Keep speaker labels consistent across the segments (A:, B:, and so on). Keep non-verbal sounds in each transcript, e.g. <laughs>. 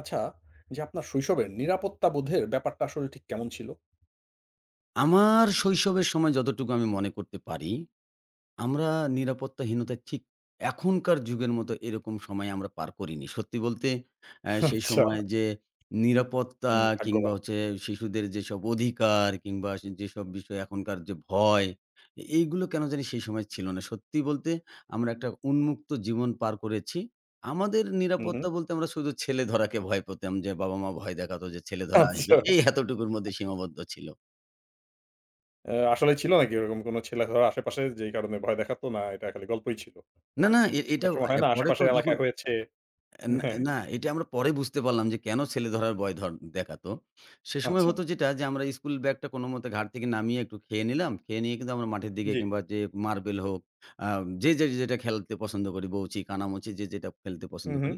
A: আচ্ছা, যে আপনার শৈশবের নিরাপত্তা বোধের ব্যাপারটা আসলে ঠিক কেমন ছিল?
B: আমার শৈশবের সময় যতটুকু আমি মনে করতে পারি, আমরা নিরাপত্তাহীনতার ঠিক এখনকার যুগের মতো এরকম সময় আমরা পার করিনি। সত্যি বলতে সেই
A: আচ্ছা।
B: সময় যে নিরাপত্তা
A: হুম,
B: কিংবা
A: ভাগ্যবান।
B: হচ্ছে শিশুদের যেসব অধিকার কিংবা সে যেসব বিষয় এখনকার যে ভয়, এইগুলো কেন জানি সেই সময় ছিল না। সত্যি বলতে আমরা একটা উন্মুক্ত জীবন পার করেছি। আমাদের
A: হুম, হুম।
B: নিরাপত্তা বলতে আমরা শুধু ছেলে ধরাকে ভয় পেতাম যে বাবা-মা ভয় দেখাতো যে ছেলে ধরা আসবে।
A: আচ্ছা।
B: এতটুকুর মধ্যে সীমাবদ্ধ ছিল।
A: আসলে ছিল নাকি ওরকম কোন ছেলেধরা আশেপাশে যেই কারণে ভয় দেখাতো না এটা খালি গল্পই ছিল?
B: না, না, এ এটা
A: অনেক সময় হয়
B: আ
A: না
B: পরে তো
A: আশেপাশের
B: যখন
A: এলাকায় হয়েছে।
B: না
A: হ্যাঁ,
B: না, এটা আমরা পরে বুঝতে পারলাম যে কেন ছেলে ধরার ভয় দেখাতো। সে সময়
A: আচ্ছা।
B: হতো যেটা যে আমরা স্কুল ব্যাগটা কোনমতে ঘাট থেকে নামিয়ে একটু খেয়ে নিলাম। খেয়ে নিয়ে কিন্তু আমরা মাঠের দিকে
A: জি।
B: কিংবা যে মার্বেল হোক, আ যে, যে, যেটা খেলতে পছন্দ করি, বউচি, কানামুচি যেটা খেলতে
A: হুম,
B: পছন্দ
A: হুম,
B: করি।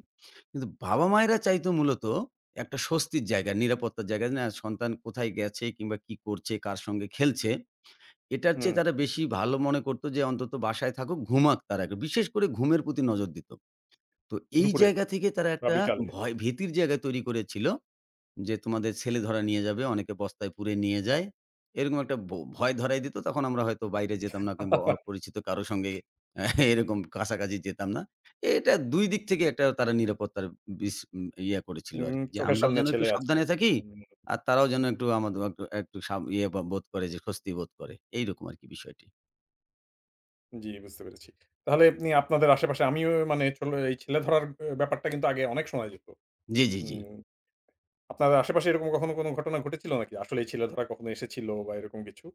B: কিন্তু বাবা-মায়েরা চাইতো মূলত একটা স্বস্তির জায়গা, নিরাপত্তার জায়গা যে না সন্তান কোথায় গেছে কিংবা কি করছে, কার সঙ্গে খেলছে এটার
A: হুম।
B: চেয়ে তারা বেশি ভালো মনে করত যে অন্তত বাসায় থাকুক, ঘুমাক তারা। বিশেষ করে ঘুমের প্রতি নজর দিত। তো এই
A: দুপুরে
B: জায়গা থেকে তারা
A: বা
B: একটা
A: বিকালে।
B: ভয় ভীতির জায়গা তৈরি করেছিল। যে তোমাদের ছেলে ধরা নিয়ে যাবে, অনেকে বস্তায় পুরে নিয়ে যায়। এরকম একটা ভয় ধরায় দিত। তখন আমরা হয়তো বাইরে যেতাম না কিংবা অপরিচিত কারো সঙ্গে <laughs> এরকম কাছাকাছি যেতাম না। এটা ২ দিক থেকে একটা তারা নিরাপত্তার বিস উম ইয়া করেছিল
A: উম
B: আরকি। যে
A: চোখের
B: আমরাও
A: সামনে
B: যেন একটু
A: ছেলে আছে।
B: সাবধানে থাকি,
A: হুম,
B: আর তারাও যেন একটু আমাদের একটু একটু বোধ করে যে স্বস্তি বোধ করে। এইরকম আরকি বিষয়টি।
A: জি বুঝতে পেরেছি। তাহলে আপনি আপনাদের আশেপাশে আমিও মানে চলে এই ছেলেধরার ব্যাপারটা কিন্তু আগে অনেক শোনা যেত।
B: জি, জি, জি।
A: উম আপনার আশেপাশে এরকম কখনো কোনো ঘটনা ঘটেছিল নাকি? আসলেই ছেলে ধরা কখনো এসেছিল বা এরকম কিছু?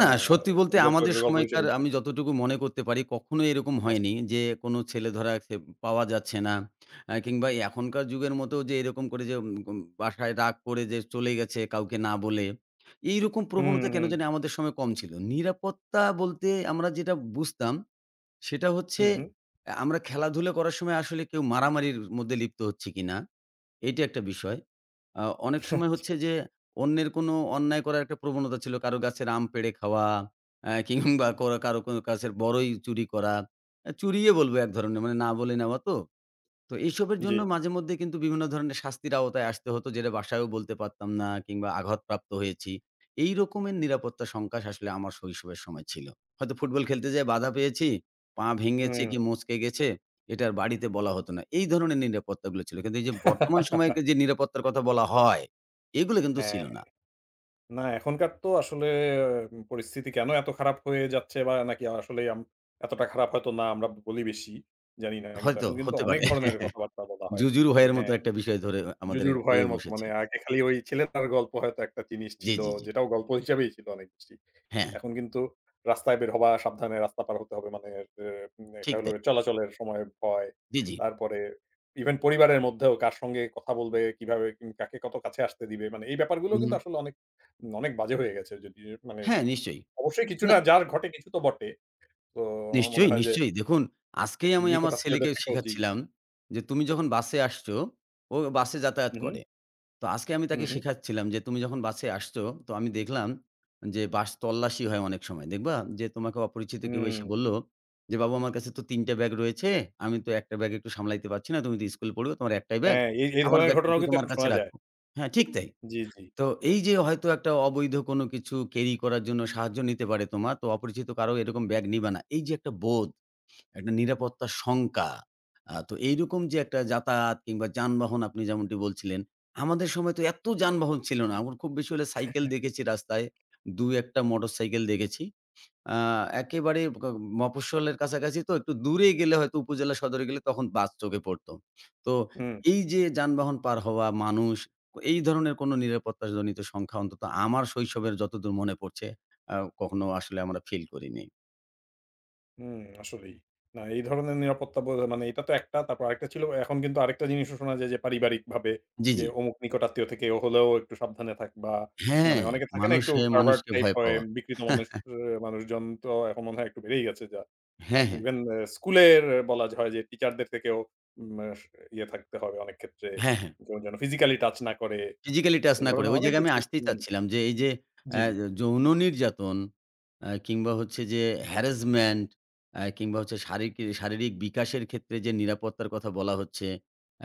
A: না,
B: না, সত্যি
A: এটা
B: বলতে
A: গল্প
B: আমাদের
A: গল্প
B: সময়কার
A: হিসেবেই ছিল।
B: আমি যতটুকু মনে করতে পারি কখনোই এরকম
A: আচ্ছা।
B: হয়নি যে কোনো ছেলে ধরা পাওয়া যাচ্ছে না। কিংবা এই এখনকার যুগের মতো যে এরকম করে যে উম উম বাসায় রাগ করে যে চলে গেছে কাউকে না বলে। এইরকম
A: হুম,
B: প্রবণতা কেন
A: হুম,
B: জানি আমাদের সময় কম ছিল। নিরাপত্তা বলতে আমরা যেটা বুঝতাম সেটা হচ্ছে
A: হুম, হুম।
B: আমরা খেলাধুলা করার সময় আসলে কেউ মারামারির মধ্যে লিপ্ত হচ্ছি কিনা, এইটা একটা বিষয়। আ অনেক সময়
A: আচ্ছা।
B: হচ্ছে যে অন্যের কোনো অন্যায় করার একটা প্রবণতা ছিল। কারো গাছের আম পেড়ে খাওয়া, কিংবা করা কারো কোনো গাছের বড়ই চুরি করা। চুরিই বলবো এক ধরনের মানে না বলে নেওয়া তো। তো এইসবের
A: জি।
B: জন্য মাঝেমধ্যে কিন্তু বিভিন্ন ধরনের শাস্তির আওতায় আসতে হতো, যেটা বাসায়ও বলতে পারতাম না কিংবা আঘাতপ্রাপ্ত হয়েছি। এই রকমের নিরাপত্তা সংকট আসলে আমার শৈশবের সময় ছিল। হয়তো ফুটবল খেলতে যেয়ে বাধা পেয়েছি, পা ভেঙেছে
A: হুম।
B: কি মচকে গেছে, এটা আর বাড়িতে বলা হতো না। এই ধরনের নিরাপত্তাগুলো ছিল। কিন্তু এই যে বর্তমান সময়কে
A: <laughs>
B: যে নিরাপত্তার কথা বলা হয়, এগুলো কিন্তু
A: হ্যাঁ,
B: ছিল না।
A: হ্যাঁ। না, এখনকার তো আসলে পরিস্থিতি কেন এত খারাপ হয়ে যাচ্ছে বা নাকি আসলেই এতটা খারাপ হয়তো না, আমরা বলি বেশি। জানি না। কিন্তু
B: হয়তো
A: এখন কিন্তু
B: হতে
A: অনেক
B: পারে।
A: ধরনের কথাবার্তা বলা হয়।
B: জুজুর
A: যে
B: ভয়ের মতো
A: হ্যাঁ,
B: একটা বিষয় ধরে আমাদের
A: "জুজুর
B: পেয়ে
A: ভয়ের" মতো মানে
B: বসেছে।
A: আগে খালি ওই ছেলেটার গল্প হয়তো একটা জিনিস
B: জি,
A: ছিল,
B: জি, জি।
A: যেটাও গল্প হিসাবেই ছিল অনেক বেশি।
B: হ্যাঁ,
A: এখন কিন্তু রাস্তায় বের হওয়া, সাবধানে রাস্তা পার হতে হবে। মানে, এ উম একটা
B: ঠিক
A: হলো
B: তাই।
A: চলাচলের সময় ভয়।
B: জি, জি।
A: তারপরে ইভেন পরিবারের মধ্যেও কার সঙ্গে কথা বলবে, কিভাবে উম কাকে কত কাছে আসতে দিবে। মানে এই ব্যাপারগুলো
B: হুম,
A: কিন্তু
B: হুম।
A: আসলে অনেক উম, অনেক বাজে হয়ে গেছে। যদি মানে
B: হ্যাঁ, নিশ্চয়ই।
A: অবশ্যই কিছু
B: না
A: না যার ঘটে কিছু তো বটে। তো আমার মনে
B: নিশ্চয়ই,
A: হয় যে
B: নিশ্চয়ই। দেখুন, আজকেই আমি
A: নিকট
B: আমার ছেলেকে
A: আত্মীয়দের থেকেও। জি।
B: শিখাচ্ছিলাম যে, "তুমি যখন বাসে আসছো" ও বাসে যাতায়াত
A: হু, হু,
B: করে। তো আজকে আমি
A: হু,
B: তাকে
A: হু।
B: শেখাচ্ছিলাম যে, "তুমি যখন বাসে আসছো, তো আমি দেখলাম যে বাস তল্লাশি হয় অনেক সময়। দেখবা যে তোমাকে অপরিচিত কেউ
A: হুম।
B: এসে বলল যে, 'বাবু আমার কাছে তো ৩ টা ব্যাগ রয়েছে। আমি তো একটা ব্যাগ একটু সামলাইতে পারছি না। তুমি তো স্কুলে পড়ো, তোমার একটাই ব্যাগ।
A: হ্যাঁ, এই এই
B: আমার
A: ধরনের
B: ব্যাগটা
A: ঘটনাও
B: একটু
A: কিন্তু
B: তোমার
A: এখন
B: কাছে
A: শোনা যায়।
B: রাখো।' হ্যাঁ, ঠিক তাই।
A: জি, জি।
B: তো এই যে হয়তো একটা অবৈধ কোনো কিছু ক্যারি করার জন্য সাহায্য নিতে পারে তোমার। তো অপরিচিত কারো এরকম ব্যাগ নিবা না। এই যে একটা বোধ একটা নিরাপত্তার শঙ্কা। তো এইরকম যে একটা যাতায়াত কিংবা যানবাহন আপনি যেমনটি বলছিলেন, আমাদের সময় তো এত যানবাহন ছিল না। আমার খুব বেশি হলে সাইকেল দেখেছি রাস্তায়। ২-১ টা মোটরসাইকেল দেখেছি। আ একেবারে মফস্বলের কাছাকাছি তো একটু দূরে গেলে হয়তো উপজেলা সদরে গেলে তখন বাস চোখে পড়ত। তো
A: হুম।
B: এই যে যানবাহন পার হওয়া, মানুষ এই ধরনের কোনো নিরাপত্তাজনিত সংখ্যা অন্তত আমার শৈশবের যতদূর মনে পড়ছে, আ কখনো আসলে আমরা ফিল করিনি।
A: হুম, আসলেই। না, এই ধরনের নিরাপত্তা বোধ মানে এটা তো একটা, তারপর আরেকটা ছিল, এখন কিন্তু আরেকটা জিনিসও শোনা যায় যে পারিবারিকভাবে
B: জি,
A: যে
B: জি।
A: অমুক নিকটাত্মীয় থেকে হলেও একটু সাবধানে থাকবা। মানে
B: হ্যাঁ,
A: অনেকে থাকে না একটু
B: মানুষে
A: pervert
B: মানুষকে
A: টাইপ
B: ভয়
A: হয়,
B: পাওয়া।
A: বিকৃত মানুষ মানুষজন তো এখন মনে হয় একটু বেড়েই গেছে যা।
B: হ্যাঁ, হ্যাঁ।
A: ইভেন স্কুলের বলা হয় যে টিচারদের থেকেও উম আস ইয়ে থাকতে হবে অনেক ক্ষেত্রে।
B: হ্যাঁ, হ্যাঁ।
A: কেউ যেন ফিজিক্যালি টাচ না করে।
B: ফিজিক্যালি টাচ
A: এ
B: না করে।
A: ধরনের
B: ওই
A: অনেক
B: জায়গায় আমি
A: কিছু।
B: আসতেই
A: হুম,
B: চাচ্ছিলাম যে এই যে
A: জি,
B: অ্যা
A: জি।
B: যৌন নির্যাতন কিংবা হচ্ছে যে হ্যারাসমেন্ট কিংবা হচ্ছে শারীরিক বিকাশের ক্ষেত্রে যে নিরাপত্তার কথা বলা হচ্ছে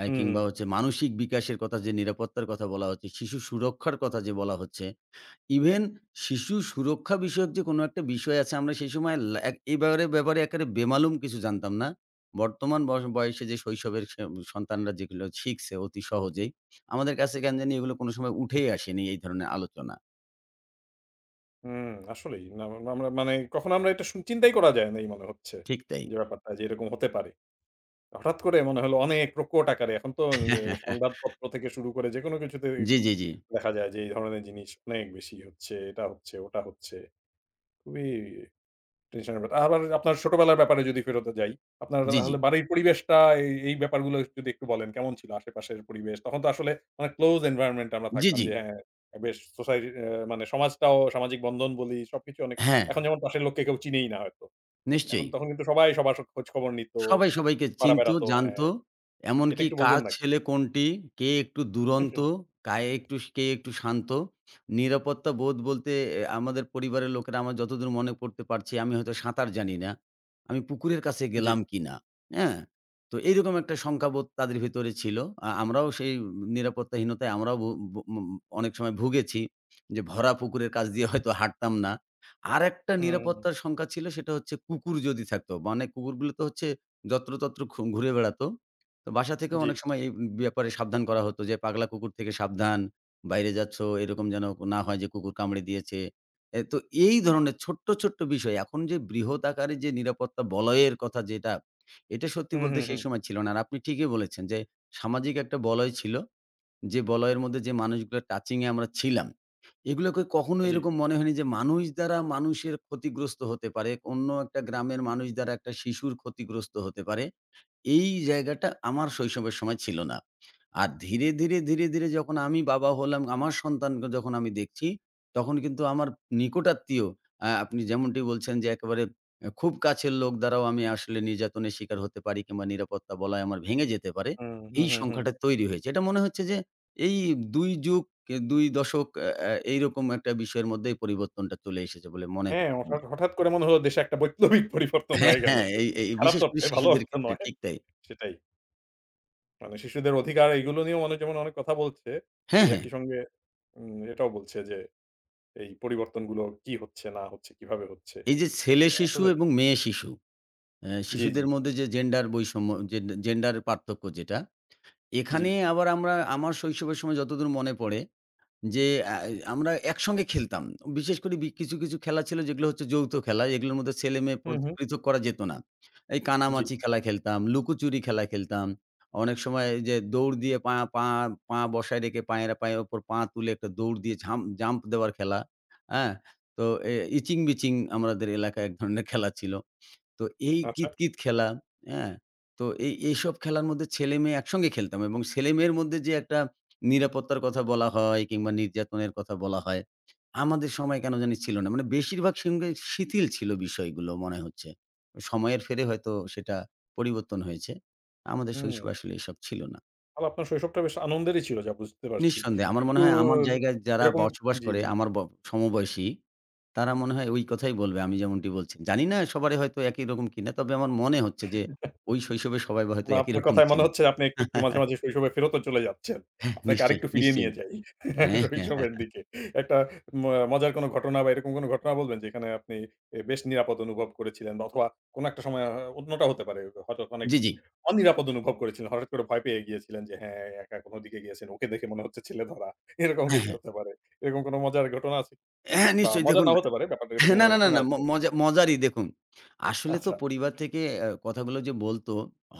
A: হুম, হুম।
B: কিংবা হচ্ছে মানসিক বিকাশের কথা যে নিরাপত্তার কথা বলা হচ্ছে, শিশু সুরক্ষার কথা যে বলা হচ্ছে ইভেন শিশু সুরক্ষা বিষয়ক যে কোনো একটা বিষয় আছে আমরা সেই সময় লা এক এই ব্যাপারে ব্যাপারে একেবারে বেমালুম কিছু জানতাম না। বর্তমান বয়সে যে শৈশবের সন্তানরা যেগুলো শিখছে অতি সহজেই, আমাদের কাছে কেন জানি এগুলো কোনো সময় উঠেই আসেনি এই ধরনের আলোচনা।
A: হুম, আসলেই। না, আমরা মানে কখনো আমরা এটা চিন্তাই করা যায় নাই মনে হচ্ছে।
B: ঠিক তাই।
A: যে ব্যাপারটা যে এরকম হতে পারে। হঠাৎ করে মনে হলো অনেক প্রকট আকারে এখন তো
B: <laughs>
A: সংবাদপত্র থেকে শুরু করে যেকোনো কিছুতে
B: জি, জি, জি।
A: দেখা যায় যে এই ধরনের জিনিস অনেক বেশি হচ্ছে, এটা হচ্ছে, ওটা হচ্ছে। খুবই টেনশনের ব্যাপার। আবার আপনার ছোটবেলার ব্যাপারে যদি ফেরত যাই, আপনার
B: জি, জি।
A: তাহলে বাড়ির পরিবেশটা, এই, এই ব্যাপারগুলো যদি একটু বলেন কেমন ছিল আশেপাশের পরিবেশ? তখন তো আসলে অনেক ক্লোজ এনভায়রনমেন্ট এ আমরা
B: জি,
A: থাকতাম
B: জি।
A: যে। হ্যাঁ, বেশ সোসাইটি মানে সমাজটাও সামাজিক বন্ধন বলি সবকিছু অনেক।
B: হ্যাঁ,
A: এখন যেমন পাশের লোককে কেউ চিনেই না হয়তো। এখন
B: নিশ্চয়ই।
A: তখন কিন্তু সবাই সবার খোঁজ খবর নিত,
B: সবাই সবাইকে
A: পাড়া
B: চিনতো,
A: বেড়াতো। হ্যাঁ,
B: জানতো।
A: এটা
B: এমনকি
A: একটু
B: কার
A: বলবেন নাকি?
B: ছেলে কোনটি, কে একটু
A: হুম,
B: দুরন্ত,
A: হুম।
B: কায়ে একটু কে একটু শান্ত। নিরাপত্তা বোধ বলতে আমাদের পরিবারের লোকেরা আমার যতদূর মনে করতে পারছি, আমি হয়তো সাঁতার জানি না। আমি পুকুরের কাছে
A: জি।
B: গেলাম কিনা, হ্যাঁ? তো এইরকম একটা শঙ্কাবোধ তাদের ভেতরে ছিল। আমরাও সেই নিরাপত্তাহীনতায় ভু ভু ম অনেক সময় ভুগেছি যে ভরা পুকুরের কাছ দিয়ে হয়তো হাঁটতাম না। আরেকটা
A: হুম,
B: নিরাপত্তার শঙ্কা ছিল সেটা হচ্ছে কুকুর যদি থাকতো। মানে কুকুরগুলো তো হচ্ছে যত্রতত্র ঘুরে বেড়াতো। তো বাসা থেকেও
A: জি।
B: অনেক সময় এই ব্যাপারে সাবধান করা হতো যে, "পাগলা কুকুর থেকে সাবধান, বাইরে যাচ্ছ এরকম যেন না হয় যে কুকুর কামড়ে দিয়েছে।" তো এই ধরনের ছোট্ট, ছোট্ট বিষয়। এখন যে বৃহৎ আকারে যে নিরাপত্তা বলয়ের কথা যেটা, এটা সত্যি
A: হুম,
B: বলতে
A: হুম,
B: সেই
A: হুম।
B: সময় ছিল না। আর আপনি ঠিকই বলেছেন যে সামাজিক একটা বলয় ছিল। যে বলয়ের মধ্যে যে মানুষগুলো টাচিং এ আমরা ছিলাম, এগুলোকে কখনো
A: জি।
B: এরকম মনে হয়নি যে মানুষ দ্বারা মানুষের ক্ষতিগ্রস্ত হতে পারে, অন্য একটা গ্রামের মানুষ দ্বারা একটা শিশুর ক্ষতিগ্রস্ত হতে পারে। এই জায়গাটা আমার শৈশবের সময় ছিল না। আর ধীরে, ধীরে যখন আমি বাবা হলাম, আমার সন্তানকে যখন আমি দেখছি, তখন কিন্তু আমার নিকটাত্মীয় আপনি যেমনটি বলছেন যে একেবারে খুব কাছের লোক দ্বারাও আমি আসলে নির্যাতনের শিকার হতে পারি কিংবা নিরাপত্তা বলয় আমার ভেঙে যেতে পারে।
A: হুম, হুম,
B: এই
A: হুম, হুম।
B: সংখ্যাটা তৈরি হয়েছে। এটা মনে হচ্ছে যে এই ২ যুগ, ২ দশক আ আ এইরকম একটা বিষয়ের মধ্যেই পরিবর্তনটা চলে এসেছে বলে মনে
A: হ্যাঁ,
B: হচ্ছে
A: হঠাৎ,
B: আমার।
A: হঠাৎ করে মনে হলো দেশে একটা বৈপ্লবিক পরিবর্তন
B: হ্যাঁ,
A: হয়ে গেল।
B: হ্যাঁ, এই এই
A: খারাপ
B: বিশেষ করে
A: অর্থে, ভালো
B: শিশুদের
A: অর্থে
B: ক্ষেত্রে
A: নয়।
B: ঠিক তাই।
A: সেটাই। মানে শিশুদের অধিকার এগুলো নিয়েও মানুষ যেমন অনেক কথা বলছে,
B: হ্যাঁ,
A: সেই
B: হ্যাঁ।
A: একই সঙ্গে উম এটাও বলছে যে এই পরিবর্তনগুলো কি হচ্ছে না হচ্ছে, কিভাবে হচ্ছে।
B: এই যে ছেলে শিশু
A: আসলেই।
B: এবং মেয়ে শিশু,
A: জি, জি,
B: শিশুদের মধ্যে যে জেন্ডার বৈষম্য, জেন্ডার পার্থক্য যেটা,
A: জি।
B: এখানে আবার আমরা আমার শৈশবের সময় যতদূর মনে পড়ে যে আ আমরা একসঙ্গে খেলতাম। বিশেষ করে কিছু খেলা ছিল যেগুলো হচ্ছে যৌথ খেলা। এগুলোর মধ্যে ছেলে-মেয়ে
A: হুম, হুম।
B: পৃথক করা যেত না। এই
A: জি।
B: কানামাছি খেলা খেলতাম, লুকোচুরি খেলা খেলতাম। অনেক সময় এই যে দৌড় দিয়ে পা পা পা বসায় রেখে পায়ের পায়ের উপর পা তুলে একটা দৌড় দিয়ে জাম্প দেওয়ার খেলা। হ্যাঁ? তো এ ইচিং-বিচিং আমাদের এলাকায় এক ধরনের খেলা ছিল। তো এই
A: আচ্ছা।
B: কিতকিত খেলা, হ্যাঁ? তো এইসব খেলার মধ্যে ছেলে-মেয়ে একসঙ্গে খেলতাম এবং ছেলে-মেয়ের মধ্যে যে একটা নিরাপত্তার কথা বলা হয় কিংবা নির্যাতনের কথা বলা হয়, আমাদের সময় কেন জানি ছিল না। মানে বেশিরভাগ সঙ্গে শিথিল ছিল বিষয়গুলো মনে হচ্ছে। সময়ের ফেরে হয়তো সেটা পরিবর্তন হয়েছে। আমাদের
A: হুম।
B: শৈশবে আসলে এসব ছিল না।
A: তাহলে আপনার শৈশবটা বেশ আনন্দেরই ছিল যা বুঝতে পারছি।
B: নিঃসন্দেহে। আমার মনে
A: একটু
B: হয় আমার জায়গায় যারা
A: এরকম।
B: বসবাস
A: জি,
B: করে
A: জি।
B: আমার সমবয়সী, তারা মনে হয় ওই কথাই বলবে আমি যেমনটি বলছি। জানি না সবারই হয়তো একই রকম কিনা। তবে আমার মনে হচ্ছে যে ওই শৈশবে সবাই হয়তো
A: না,
B: একই
A: আপনার
B: রকম
A: কথায়
B: ছিল।
A: মনে হচ্ছে আপনি একটু মাঝে,
B: <laughs>
A: মাঝে শৈশবে ফেরতও চলে যাচ্ছেন।
B: হ্যাঁ,
A: আপনাকে
B: নিশ্চয়ই,
A: আরেকটু ফিরিয়ে
B: নিশ্চয়ই।
A: নিয়ে যাই
B: হ্যাঁ,
A: <laughs>
B: হ্যাঁ, হ্যাঁ।
A: শৈশবের দিকে। একটা ম মজার কোনো ঘটনা বা এরকম কোনো ঘটনা বলবেন যেখানে আপনি এ বেশ নিরাপদ অনুভব করেছিলেন বা অথবা কোনো একটা সময় অন্যটা হতে পারে। হঠাৎ অনেক
B: জি, জি।
A: অনিরাপদ অনুভব করেছিলেন। হঠাৎ করে ভয় পেয়ে গিয়েছিলেন যে হ্যাঁ, একা কোনো দিকে গিয়েছেন। ওকে দেখে মনে হচ্ছে ছেলে ধরা। <laughs> এরকম
B: হ্যাঁ,
A: কিছু
B: হ্যাঁ।
A: হতে পারে। এরকম কোনো মজার ঘটনা আছে?
B: হ্যাঁ,
A: বা
B: নিশ্চয়ই
A: মজার
B: দেখুন
A: নাও হতে পারে ব্যাপারটা, এরকম
B: হ্যাঁ, না,
A: কোনো
B: না, না,
A: ঘটনা
B: না।
A: আছে?
B: মজারই দেখুন। আসলে তো
A: আচ্ছা,
B: পরিবার থেকে কথাগুলো যে বলতো,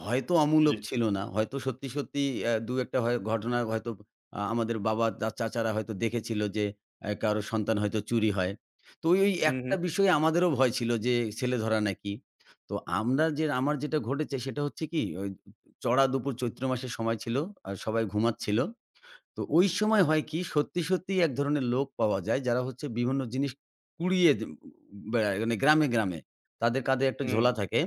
B: হয়তো
A: জি।
B: অমূলক ছিল না। হয়তো সত্যি, সত্যি ২ ১ টা হয় ঘটনা হয়তো আমাদের বাবা চাচারা হয়তো দেখেছিল যে কারো সন্তান হয়তো চুরি হয়। তো ওই
A: হু, হু,
B: একটা বিষয়ে আমাদেরও ভয় ছিল যে ছেলে ধরা নাকি। তো আমরা যে আমার যেটা ঘটেছে সেটা হচ্ছে কি ওই চড়া দুপুর চৈত্র মাসের সময় ছিল। আর সবাই ঘুমাচ্ছিল। তো ওই সময় হয় কি সত্যি, সত্যিই এক ধরনের লোক পাওয়া যায় যারা হচ্ছে বিভিন্ন জিনিস কুড়িয়ে দে বেড়ায় মানে গ্রামে, গ্রামে। তাদের কাঁধে একটা
A: হুম,
B: ঝোলা থাকে।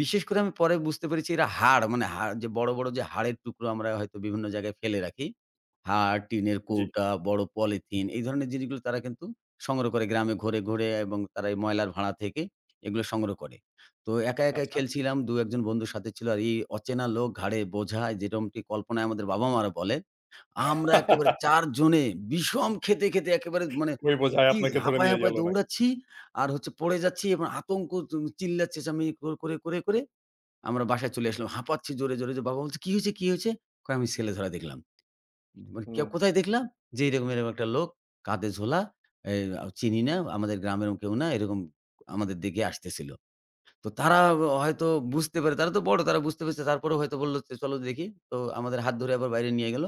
B: বিশেষ করে আমি পরে বুঝতে পেরেছি এরা হাড় মানে হাড় যে বড়, বড় যে হাড়ের টুকরো আমরা হয়তো বিভিন্ন জায়গায় ফেলে রাখি। হাড়, টিনের
A: জি,
B: কৌটা, বড় পলিথিন এই ধরনের জিনিসগুলো তারা কিন্তু সংগ্রহ করে গ্রামে ঘুরে, ঘুরে এবং তারা এই ময়লার ভাঁড়া থেকে এগুলো সংগ্রহ করে। তো একা, একা
A: আচ্ছা।
B: খেলছিলাম। ২-১ জন বন্ধুর সাথে ছিল। আর এই অচেনা লোক ঘাড়ে বোঝা যেরকমটি কল্পনায় আমাদের বাবা-মারা বলে আমরা একেবারে
A: <laughs>
B: ৪ জনে বিষম খেতে, খেতে একেবারে মানে
A: ওই বোঝায়
B: তীর
A: আপনাকে ধরে
B: হাঁপায়,
A: নিয়ে গেল
B: হাঁপায়
A: নাকি?
B: দৌড়াচ্ছি। আর হচ্ছে পড়ে যাচ্ছি এবং আতঙ্ক চিল্লা চেঁচামেচি করে আমরা বাসায় চলে আসলাম। হাঁপাচ্ছি জোরে, জোরে যে বাবা বলছে, "কি হয়েছে, কি হয়েছে?" কয়, "আমি ছেলে ধরা দেখলাম।" মানে কে
A: হুম।
B: কোথায় দেখলাম? যে এরকম একটা লোক কাঁধে ঝোলা, এই চিনি না, আমাদের গ্রামের কেউ না, এরকম আমাদের দিকে আসতেছিল। তো তারা হয়তো বুঝতে পারে, তারা তো বড়, তারা বুঝতে পেরেছে। তারপরেও হয়তো বলল যে, "চলো দেখি।" তো আমাদের হাত ধরে আবার বাইরে নিয়ে গেল।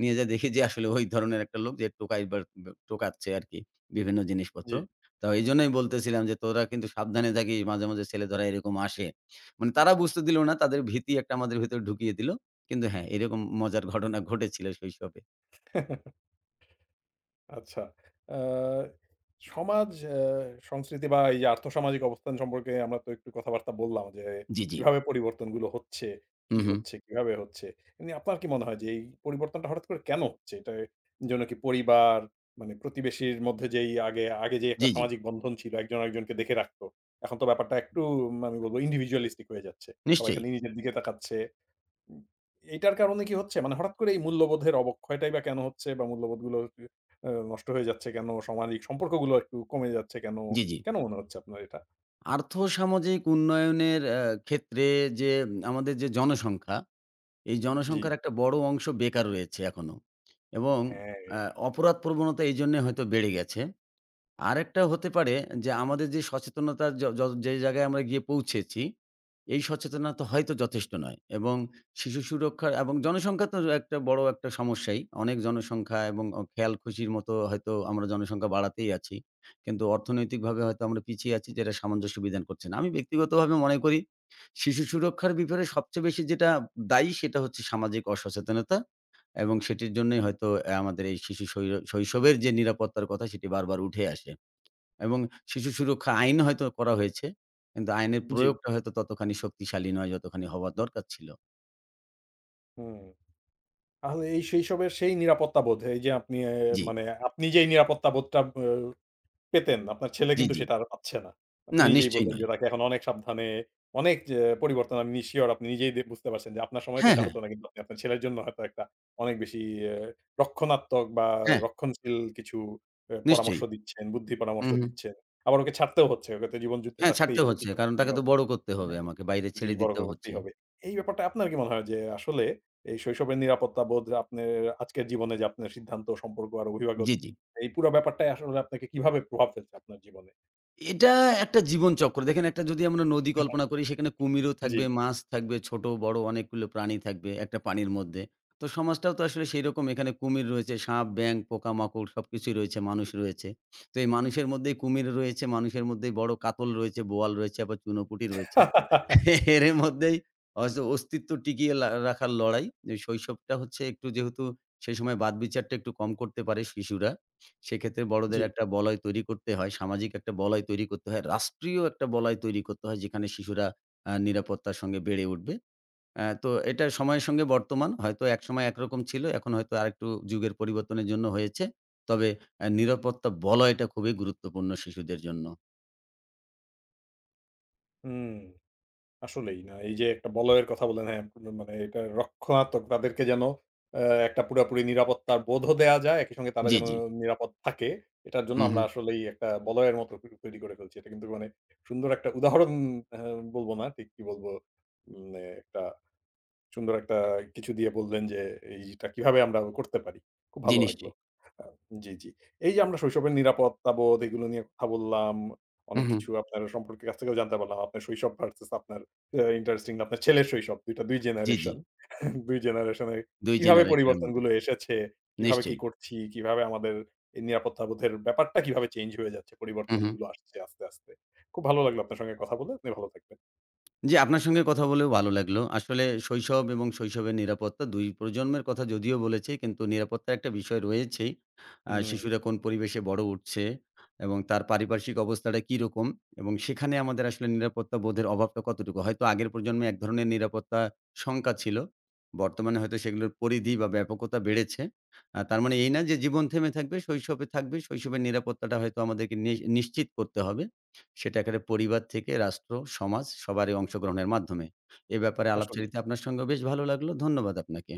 B: নিয়ে যেয়ে দেখি যে আসলে ওই ধরনের একটা লোক যে টোকাই বা টোকাচ্ছে আরকি বিভিন্ন জিনিসপত্র।
A: জি।
B: তো এইজন্যই বলতেছিলাম যে, "তোরা কিন্তু সাবধানে থাকিস। মাঝে, মাঝে ছেলে ধরা এরকম আসে।" মানে তারা বুঝতে দিল না। তাদের ভীতি একটা আমাদের ভেতরে ঢুকিয়ে দিল। কিন্তু হ্যাঁ, এরকম মজার ঘটনা ঘটেছিল শৈশবে।
A: আচ্ছা। আ সমাজ, আ সংস্কৃতি বা এই যে আর্থসামাজিক অবস্থান সম্পর্কে আমরা তো একটু কথাবার্তা বললাম যে
B: জি, জি।
A: কিভাবে পরিবর্তনগুলো হচ্ছে, কি
B: হুম, হুম।
A: হচ্ছে, কিভাবে হচ্ছে। এমনি আপনার কি মনে হয় যে এই পরিবর্তনটা হঠাৎ করে কেন হচ্ছে? এটার জন্য কি পরিবার মানে প্রতিবেশীর মধ্যে যেই আগে আগে যে একটা
B: জি, জি।
A: সামাজিক বন্ধন ছিল একজন আরেকজনকে দেখে রাখতো। এখন তো ব্যাপারটা একটু আমি বলব individualistic হয়ে যাচ্ছে। সবাই
B: নিশ্চয়ই।
A: খালি নিজের দিকে তাকাচ্ছে। উম এইটার কারণে কি হচ্ছে? মানে হঠাৎ করে এই মূল্যবোধের অবক্ষয়টাই বা কেন হচ্ছে বা মূল্যবোধগুলো কি নষ্ট হয়ে যাচ্ছে কেন? সামাজিক সম্পর্কগুলো একটু কমে যাচ্ছে কেন?
B: জি, জি।
A: কেন মনে হচ্ছে আপনার এটা?
B: আর্থসামাজিক উন্নয়নের ক্ষেত্রে যে আমাদের যে জনসংখ্যা এই
A: জি।
B: জনসংখ্যার একটা বড় অংশ বেকার রয়েছে এখনো এবং
A: হ্যাঁ,
B: আ অপরাধ প্রবণতা এইজন্যে হয়তো বেড়ে গেছে। আরেকটা হতে পারে যে আমাদের যে সচেতনতার য য যে জায়গায় আমরা গিয়ে পৌঁছেছি, এই সচেতনতা হয়তো যথেষ্ট নয় এবং শিশু সুরক্ষা এবং জনসংখ্যা তো একটা বড় একটা সমস্যাই। অনেক জনসংখ্যা এবং খেয়ালখুশির মতো হয়তো আমরা জনসংখ্যা বাড়াতেই আছি। কিন্তু অর্থনৈতিকভাবে হয়তো আমরা পিছিয়ে আছি যেটা সামঞ্জস্য বিধান করছে না। আমি ব্যক্তিগতভাবে মনে করি শিশু সুরক্ষার ব্যাপারে সবচেয়ে বেশি যেটা দায়ী সেটা হচ্ছে সামাজিক অসচেতনতা এবং সেটির জন্যই হয়তো আমাদের এই শিশু শৈশবের যে নিরাপত্তার কথা সেটি বারবার উঠে আসে। এবং শিশু সুরক্ষা আইন হয়তো করা হয়েছে। কিন্তু আইনের
A: জি।
B: প্রয়োগটা হয়তো ততখানি শক্তিশালী নয় যতখানি হওয়ার দরকার ছিল।
A: হুম। তাহলে এই সেইসবের সেই নিরাপত্তা বোধ এই যে আপনি
B: জি,
A: মানে আপনি যেই নিরাপত্তা বোধটা আ পেতেন। আপনার ছেলে
B: জি,
A: কিন্তু
B: জি।
A: সেটা আর পাচ্ছে না। আপনি
B: না
A: নিজেই
B: নিশ্চয়ই
A: বললেন যে
B: নয়।
A: তাকে এখন অনেক সাবধানে অনেক যে পরিবর্তন, আমি সিউর আপনি নিজেই বুঝতে পারছেন যে আপনার সময় তো
B: হ্যাঁ,
A: এটা
B: হ্যাঁ,
A: হতো না। কিন্তু আপনি আপনার ছেলের জন্য হয়তো একটা অনেক বেশি এ রক্ষণাত্মক বা
B: হ্যাঁ,
A: রক্ষণশীল কিছু পরামর্শ
B: নিশ্চয়ই।
A: দিচ্ছেন, বুদ্ধি
B: হু,
A: পরামর্শ
B: হু।
A: দিচ্ছেন। আবার ওকে ছাড়তেও হচ্ছে। ওকে তো জীবন যুদ্ধে
B: হ্যাঁ,
A: থাকতেই
B: ছাড়তে
A: হবে,
B: হচ্ছে।
A: টিকে
B: কারণ
A: থাকতেই
B: তাকে তো
A: হবে।
B: বড় করতে হবে
A: হ্যাঁ।
B: আমাকে। বাইরে
A: জি,
B: ছেড়ে
A: বড়
B: দিতেও হচ্ছে।
A: করতেই হবে। এই ব্যাপারটা আপনার কি মনে হয় যে আসলে এই শৈশবের নিরাপত্তা বোধ আপনার আজকের জীবনে যে আপনার সিদ্ধান্ত, সম্পর্ক আর অভিভাবক
B: জি, জি।
A: এই পুরা ব্যাপারটাই আসলে আপনাকে কিভাবে প্রভাব ফেলছে আপনার জীবনে?
B: এটা একটা জীবনচক্র। দেখেন একটা যদি আমরা নদী কল্পনা করি সেখানে কুমিরও
A: জি।
B: থাকবে, মাছ থাকবে, ছোট বড় অনেকগুলো প্রাণী থাকবে একটা পানির মধ্যে। তো সমাজটাও তো আসলে সেইরকম এখানে কুমির রয়েছে, সাপ, ব্যাঙ, পোকামাকড় সবকিছুই রয়েছে, মানুষ রয়েছে। তো এই মানুষের মধ্যেই কুমির রয়েছে, মানুষের মধ্যেই বড় কাতল রয়েছে, বোয়াল রয়েছে, আবার চুনোপুঁটি রয়েছে।
A: <laughs>
B: এর মধ্যেই অস্তিত্ব টিকিয়ে রাখার লড়াই। যে শৈশবটা হচ্ছে একটু যেহেতু সেই সময় বাদবিচারটা একটু কম করতে পারে শিশুরা। সেক্ষেত্রে
A: জি,
B: বড়দের একটা বলয় তৈরি করতে হয়, সামাজিক একটা বলয় তৈরি করতে হয়, রাষ্ট্রীয় একটা বলয় তৈরি করতে হয় যেখানে শিশুরা নিরাপত্তার সঙ্গে বেড়ে উঠবে। তো এটা সময়ের সঙ্গে বর্তমান হয়তো একসময় একরকম ছিল, এখন হয়তো আরেকটু যুগের পরিবর্তনের জন্য হয়েছে। তবে নিরাপত্তা বলয়টা খুবই গুরুত্বপূর্ণ শিশুদের জন্য।
A: হুম। আসলেই না। এই যে একটা বলয়ের কথা বললেন, হ্যাঁ, মানে এটা রক্ষণাত্মক তাদেরকে যেন অ্যা একটা পুরাপুরি নিরাপত্তার বোধও দেয়া যায়। একই সঙ্গে তারা
B: জি,
A: যেন
B: জি।
A: নিরাপদ থাকে। এটার জন্য
B: হু, হু।
A: আমরা আসলেই একটা বলয়ের মতো তৈরি করে ফেলছি। এটা কিন্তু মানে সুন্দর একটা উদাহরণ অ্যা বলব না, ঠিক কি বলব? মানে একটা সুন্দর একটা কিছু দিয়ে বললেন যে, এইটা কিভাবে আমরা করতে পারি। খুব
B: জি,
A: ভালো লাগলো।
B: নিশ্চয়ই।
A: আ জি, জি। এই যে আমরা শৈশবের নিরাপত্তাবোধ এগুলো নিয়ে কথা বললাম।
B: হু,
A: অনেক
B: হু।
A: কিছু আপনার সম্পর্কে কাছ থেকেও জানতে পারলাম। আপনার শৈশব ভার্সাস আপনার ইন্টারেস্টিং আপনার ছেলের শৈশব। ২ টা ২
B: জি, জি।
A: জেনারেশন। <laughs> ২ জেনারেশন এর
B: ২
A: কিভাবে
B: জেনারেশনের মধ্যে।
A: পরিবর্তনগুলো এসেছে, কিভাবে কি
B: নিশ্চয়ই।
A: করছি, কিভাবে আমাদের এই নিরাপত্তাবোধের ব্যাপারটা কিভাবে চেঞ্জ হয়ে যাচ্ছে,
B: হু, হু।
A: পরিবর্তনগুলো আসছে আস্তে, আস্তে। খুব ভালো লাগলো আপনার সঙ্গে কথা বলে। আপনি ভালো থাকবেন।
B: জি, আপনার সঙ্গে কথা বলেও ভালো লাগলো। আসলে শৈশব এবং শৈশবের নিরাপত্তা ২ প্রজন্মের কথা যদিও বলেছি, কিন্তু নিরাপত্তার একটা বিষয় রয়েছেই।
A: হুম,
B: শিশুরা কোন পরিবেশে বড় উঠছে এবং তার পারিপার্শ্বিক অবস্থাটা কিরকম এবং সেখানে আমাদের আসলে নিরাপত্তা বোধের অভাবটা কতটুকু। হয়তো আগের প্রজন্মে এক ধরনের নিরাপত্তা শঙ্কা ছিল। বর্তমানে হয়তো সেগুলোর পরিধি বা ব্যাপকতা বেড়েছে। তার মানে এই না যে জীবন থেমে থাকবে, শৈশবে থাকবে। শৈশবের নিরাপত্তাটা হয়তো আমাদেরকে নিশ্চিত করতে হবে। সেটা একেবারে পরিবার থেকে রাষ্ট্র, সমাজ সবারই অংশগ্রহণের মাধ্যমে। এ ব্যাপারে
A: আসলেই।
B: আলাপচারিতা আপনার সঙ্গেও বেশ ভালো লাগলো। ধন্যবাদ আপনাকে।